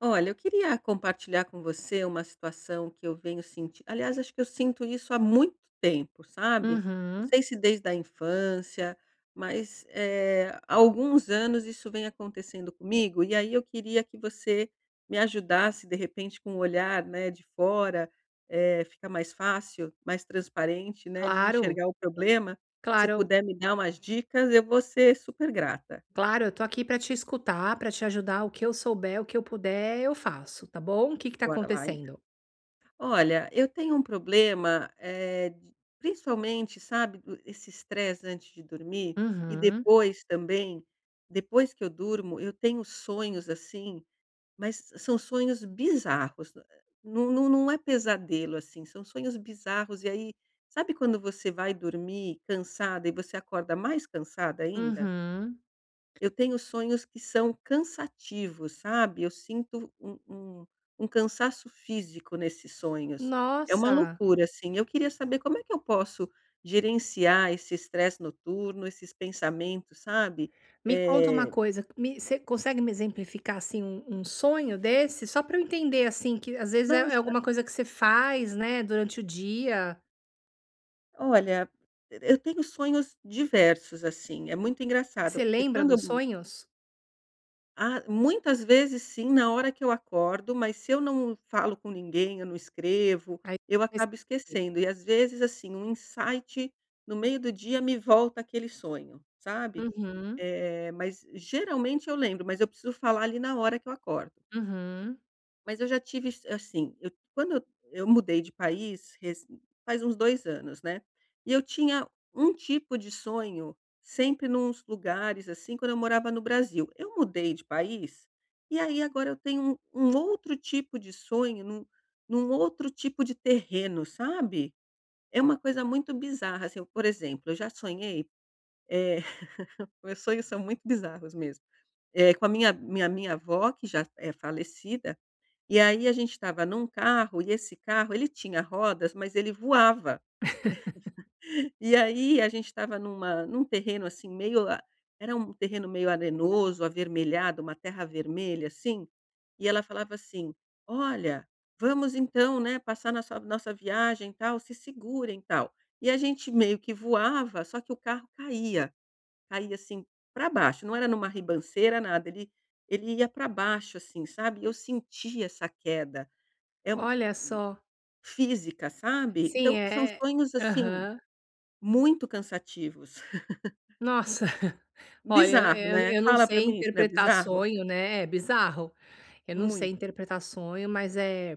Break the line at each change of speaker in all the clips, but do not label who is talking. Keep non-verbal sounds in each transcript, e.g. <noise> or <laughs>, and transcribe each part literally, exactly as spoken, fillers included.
Olha, eu queria compartilhar com você uma situação que eu venho sentindo. Aliás, acho que eu sinto isso há muito tempo, sabe? Não
Uhum.
sei se desde a infância, mas eh, há alguns anos isso vem acontecendo comigo. E aí eu queria que você me ajudasse, de repente, com o olhar, né, de fora, eh, fica mais fácil, mais transparente, né, de
Claro,
enxergar o problema. Se
claro,
puder me dar umas dicas, eu vou ser super grata.
claro, eu tô aqui pra te escutar, pra te ajudar, o que eu souber, o que eu puder, eu faço, tá bom? O que que tá
Bora lá.
acontecendo?
Olha, eu tenho um problema, eh, de principalmente, sabe, do esse estresse antes de dormir e
Uhum,
depois também, depois que eu durmo, eu tenho sonhos, assim, mas são sonhos bizarros, eh, não não não é pesadelo, assim, são sonhos bizarros e aí, sabe quando você vai dormir cansada e você acorda mais cansada ainda?
uhum.
Eu tenho sonhos que são cansativos, sabe, eu sinto um um um cansaço físico nesses sonhos. É uma
Nossa,
loucura, assim, eu queria saber como é que eu posso gerenciar esse estresse noturno, esses pensamentos, sabe.
me conta uma
Eh,
coisa, me você consegue me exemplificar, assim, um um sonho desse? Só pra eu entender, assim, que às vezes é é
nossa,
alguma coisa que você faz, né, durante o dia.
olha, eu tenho sonhos diversos, assim, é muito engraçado,
Você
porque
lembra
quando
dos
eu
sonhos?
Ah, muitas vezes sim, na hora que eu acordo, mas se eu não falo com ninguém, eu não escrevo,
Aí
eu
você
acabo
esquece.
esquecendo. E às vezes, assim, um insight no meio do dia me volta aquele sonho, sabe?
Uhum,
Eh, mas geralmente eu lembro, mas eu preciso falar ali na hora que eu acordo.
uhum.
Mas eu já tive assim, eu quando eu eu mudei de país rec faz uns dois anos, né, e eu tinha um tipo de sonho sempre nos lugares, assim, quando eu morava no Brasil. Eu mudei de país, e aí agora eu tenho um um outro tipo de sonho num num outro tipo de terreno, sabe. É uma coisa muito bizarra, assim, eu por exemplo, eu já sonhei, eh, <laughs> meus sonhos são muito bizarros mesmo, eh, com a minha minha minha avó que já é falecida e aí a gente estava num carro e esse carro ele tinha rodas, mas ele voava. E aí a gente estava numa num terreno, assim, meio a era um terreno meio arenoso, avermelhado, uma terra vermelha, assim, e ela falava assim: "Olha, vamos então, né, passar nossa nossa viagem, tal, se segurem, tal". E a gente meio que voava, só que o carro caía, caía, assim, para baixo, não era numa ribanceira, nada, ele ele ia para baixo, assim, sabe, eu sentia essa queda. É um,
Olha só.
Física, sabe.
Sim,
Então são
é.
sonhos, assim,
Aham.
muito cansativos. <laughs>
Nossa, <laughs> olha,
Bizarro,
eu
né.
eu não
Fala pra
sei
mim isso, né?
interpretar
Bizarro?
sonho, né, é bizarro. Eu não sei
Muito.
interpretar sonho, mas, é,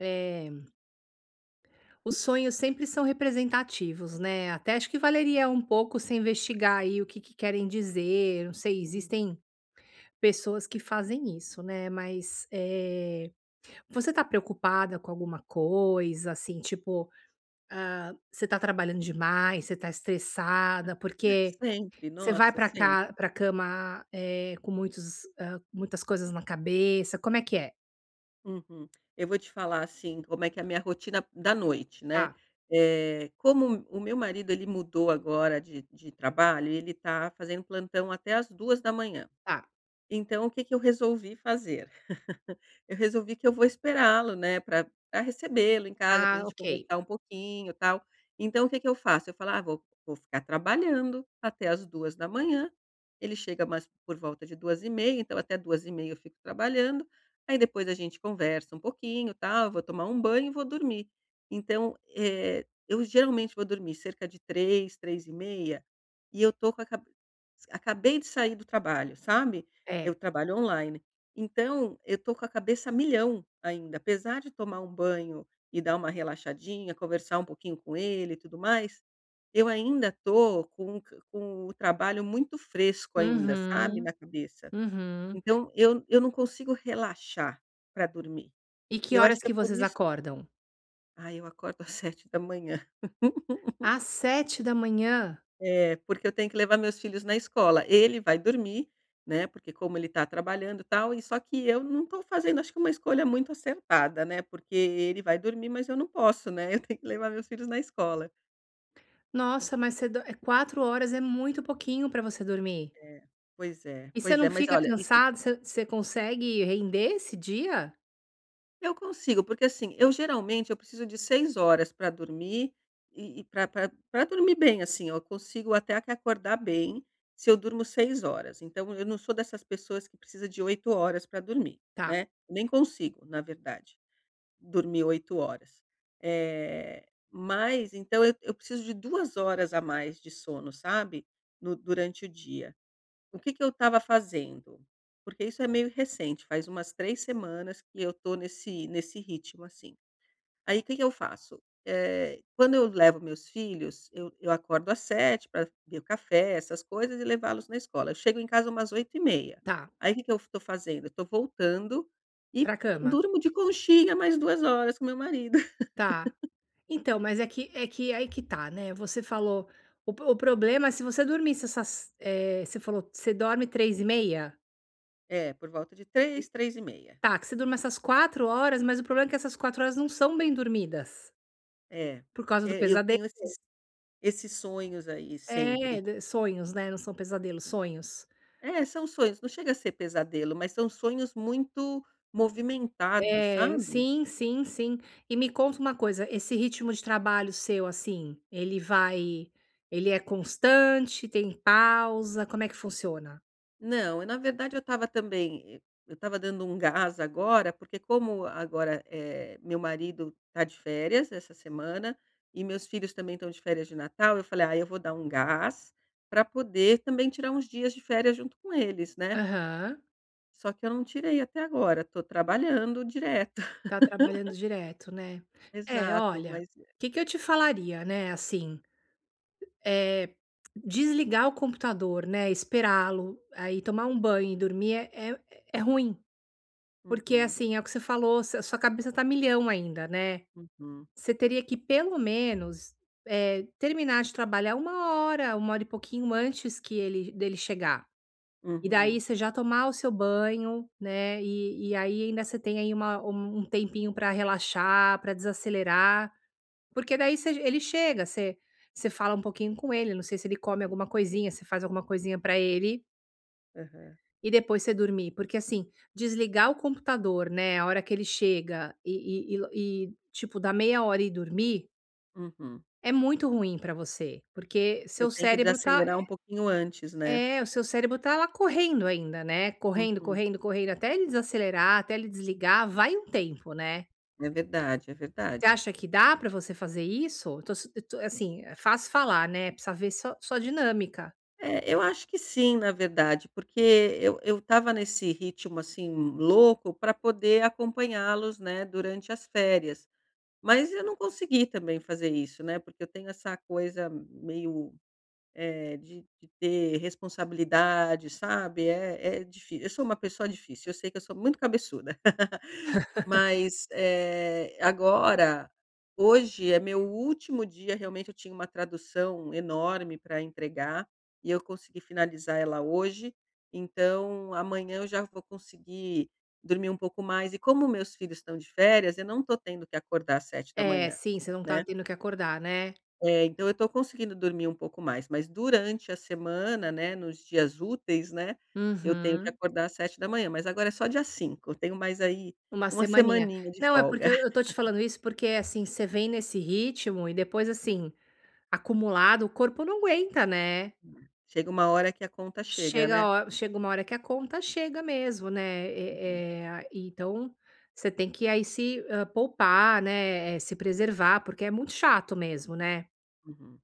é. Os sonhos sempre são representativos, né, até acho que
É.
valeria um pouco se investigar aí o que que querem dizer, não sei,
Hum.
existem pessoas que fazem isso, né, mas, eh, você tá preocupada com alguma coisa, assim, tipo, ah, você tá trabalhando demais, você tá estressada, porque
Sempre,
você vai
nossa,
pra
sempre.
ca pra cama, eh, com muitos hã, muitas coisas na cabeça, como é que é?
Uhum. Eu vou te falar, assim, como é que é a minha rotina da noite, né.
Tá,
Eh, como o meu marido, ele mudou agora de de trabalho, ele tá fazendo plantão até as duas da manhã.
tá.
Então o que que eu resolvi fazer? Eu resolvi que eu vou esperá-lo, né, para pra recebê-lo em casa, para a
Ah,
gente
ok.
conversar um pouquinho, tal. Então o que que eu faço? Eu falo: "Ah, vou vou ficar trabalhando até as duas da manhã. Ele chega mais por volta de duas e meia, então até duas e meia eu fico trabalhando, aí depois a gente conversa um pouquinho, tal, eu vou tomar um banho e vou dormir". Então, eh, eu geralmente vou dormir cerca de três, três e meia, e eu tô com a cabe acabei de sair do trabalho, sabe? Eu
É.
trabalho online. Então, eu tô com a cabeça a milhão ainda, apesar de tomar um banho e dar uma relaxadinha, conversar um pouquinho com ele e tudo mais, eu ainda tô com c com o trabalho muito fresco ainda, sabe,
Uhum,
na cabeça.
uhum.
Então eu eu não consigo relaxar para dormir.
E
E
que
eu
horas
acho que é
que
por
vocês
isso
acordam?
Ah, eu acordo <laughs> às sete da manhã. <laughs>
Às sete da manhã.
É, porque eu tenho que levar meus filhos na escola. Ele vai dormir, né, porque como ele está trabalhando, e tal, e só que eu não estou fazendo, acho que uma escolha muito acertada, né, porque ele vai dormir, mas eu não posso, né, <laughs> eu tenho que levar meus filhos na escola.
Nossa, mas você do eh, quatro horas é muito pouquinho para você dormir.
É, pois é,
E você
pois é,
não
mas
fica
olha, isso
cansado? Você você consegue render esse dia?
Eu consigo, porque assim, eu geralmente eu preciso de seis horas para dormir e e para pra dormir bem, assim, eu consigo até que acordar bem se eu durmo seis horas. Então eu não sou dessas pessoas que precisa de oito horas para dormir,
Tá,
né, nem consigo, na verdade, dormir oito horas. Eh, mas então eu eu preciso de duas horas a mais de sono, sabe, no durante o dia. O que que eu estava fazendo? Porque isso é meio recente, faz umas três semanas que eu tô nesse nesse ritmo, assim. Aí o que que eu faço? Eh, quando eu levo meus filhos, eu eu acordo às sete para beber o café, essas coisas, e levá-los na escola. Eu chego em casa umas oito e meia.
tá.
Aí o que que eu estou fazendo? Eu estou voltando e
Pra cama.
durmo de conchinha mais duas horas com meu marido. <laughs>
Tá. Então, mas é que é que aí que tá, né, você falou o o problema é se você dormisse essas, eh, você falou: "Você dorme três e meia".
É, por volta de três, três e meia.
Tá, que você durma essas quatro horas, mas o problema é que essas quatro horas não são bem dormidas,
É.
por causa do
É, eu
pesadelo,
tenho esses esses sonhos aí sempre.
é, d sonhos, né, não são pesadelos, sonhos.
É, são sonhos, não chega a ser pesadelo, mas são sonhos muito movimentados,
É,
sabe.
sim, sim, sim. E me conta uma coisa, esse ritmo de trabalho seu, assim, ele vai ele é constante, tem pausa, como é que funciona?
Não, na verdade eu estava também eh, eu estava dando um gás agora, porque como agora, eh, meu marido está de férias essa semana, e meus filhos também estão de férias de Natal, eu falei: "Ah, eu vou dar um gás para poder também tirar uns dias de férias junto com eles, né".
Aham.
Só que eu não tirei até agora, estou trabalhando direto. <laughs>
Tá trabalhando direto, né. É,
Exato,
olha,
mas
o que que eu te falaria, né, assim, eh, desligar o computador, né, esperá-lo, aí tomar um banho e dormir é é é ruim, porque,
Uhum,
assim, é o que você falou, s sua cabeça tá milhão ainda, né.
uhum,
Você teria que pelo menos, eh, terminar de trabalhar uma hora, uma hora e pouquinho antes que ele dele chegar. E
uhum,
daí você já tomar o seu banho, né, e e aí ainda você tem aí uma um um tempinho para relaxar, para desacelerar, porque daí você ele chega, você você fala um pouquinho com ele, não sei se ele come alguma coisinha, você faz alguma coisinha para ele,
aham,
e depois você dormir. Porque assim, desligar o computador, né, a hora que ele chega e e e e tipo, dar meia hora e dormir,
uhum.
é muito ruim para você, porque
Eu
seu
tenho que
cérebro tá.
desacelerar um pouquinho antes, né.
É, o seu cérebro tá lá correndo ainda, né, correndo,
Uhum.
correndo, correndo, até ele desacelerar, até ele desligar, vai um tempo, né.
É verdade, é
Você
verdade.
acha que dá pra você fazer isso? Eu Tô su eu tô assim, é fácil falar, né, precisa ver sua sua dinâmica.
É, eu acho que sim, na verdade, porque eu eu estava nesse ritmo, assim, louco para poder acompanhá-los, né, durante as férias. Mas eu não consegui também fazer isso, né, porque eu tenho essa coisa meio, eh, de de ter responsabilidade, sabe, é é difí eu sou uma pessoa difícil, eu sei que eu sou muito cabeçuda. Mas, eh, agora hoje é meu último dia, realmente eu tinha uma tradução enorme para entregar, e eu consegui finalizar ela hoje, então amanhã eu já vou conseguir dormir um pouco mais. E como meus filhos estão de férias, eu não estou tendo que acordar às sete da
É,
manhã,
sim, você não tá
né.
tendo que acordar, né.
Eh, então eu estou conseguindo dormir um pouco mais, mas durante a semana, né, nos dias úteis, né, eu tenho que
Uhum.
acordar às sete da manhã. Mas agora é só dia cinco. Eu tenho mais aí
Uma
uma
semaninha.
semaninha de
Não, é
folga.
porque eu eu tô te falando isso porque, assim, você vem nesse ritmo e depois, assim, acumulado, o corpo não aguenta, né.
Hum. Chega uma hora que a conta chega,
Chega
né.
a ho chega uma hora que a conta chega mesmo, né,
Uhum,
eh eh, então você tem que aí se, hã, poupar, né, eh, se preservar, porque é muito chato mesmo, né.
uhum.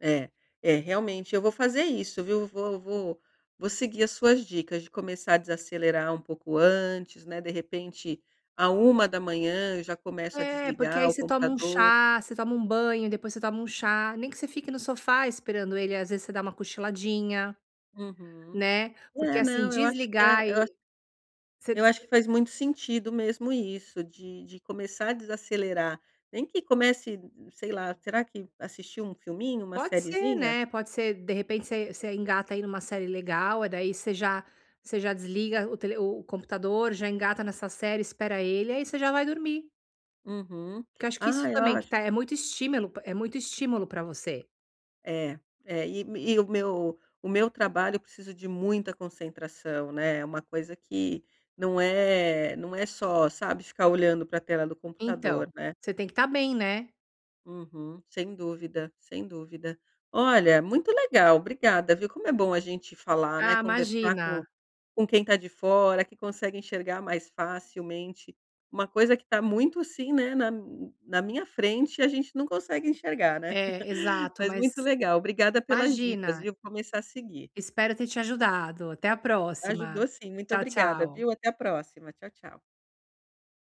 É, é, realmente eu vou fazer isso, viu. Vou vou vou seguir as suas dicas de começar a desacelerar um pouco antes, né, de repente, à uma da manhã eu já começo a
É, porque
desligar
aí
o
você toma um
computador.
chá, você toma um banho, depois você toma um chá, nem que você fique no sofá esperando ele, às vezes você dá uma cochiladinha,
Uhum.
né, porque
É,
assim
não, eu acho que é
desligar
eu acho
e você
eu acho que faz muito sentido mesmo isso, de de começar a desacelerar. Nem que comece, sei lá, será que assistir um filminho, uma
Pode ser,
sériezinha?
né, pode ser, de repente, você você engata aí numa série legal, e daí você já você já desliga o tele o computador, já engata nessa série, espera ele, aí você já vai dormir.
Uhum.
Que eu acho que isso
Ah, eu
também que
acho
tá é muito estímulo é muito estímulo para você.
É, é, e e o meu o meu trabalho eu preciso de muita concentração, né, é uma coisa que não é não é só, sabe, ficar olhando para a tela do
Então,
computador, né.
você tem que estar bem, né.
Uhum, sem dúvida, sem dúvida. Olha, muito legal, obrigada, viu. Como é bom a gente falar, né,
Ah,
conversar com
imagina.
com quem está de fora, que consegue enxergar mais facilmente, uma coisa que está muito, assim, né, na na minha frente e a gente não consegue enxergar, né.
É, exato,
Mas muito
mas
legal, obrigada pelas dicas,
imagina,
viu. Vou começar a seguir.
espero ter te ajudado. Até a
Ajudou
próxima.
sim, muito
Tchau,
obrigada, viu.
tchau.
Até a próxima. Tchau, tchau.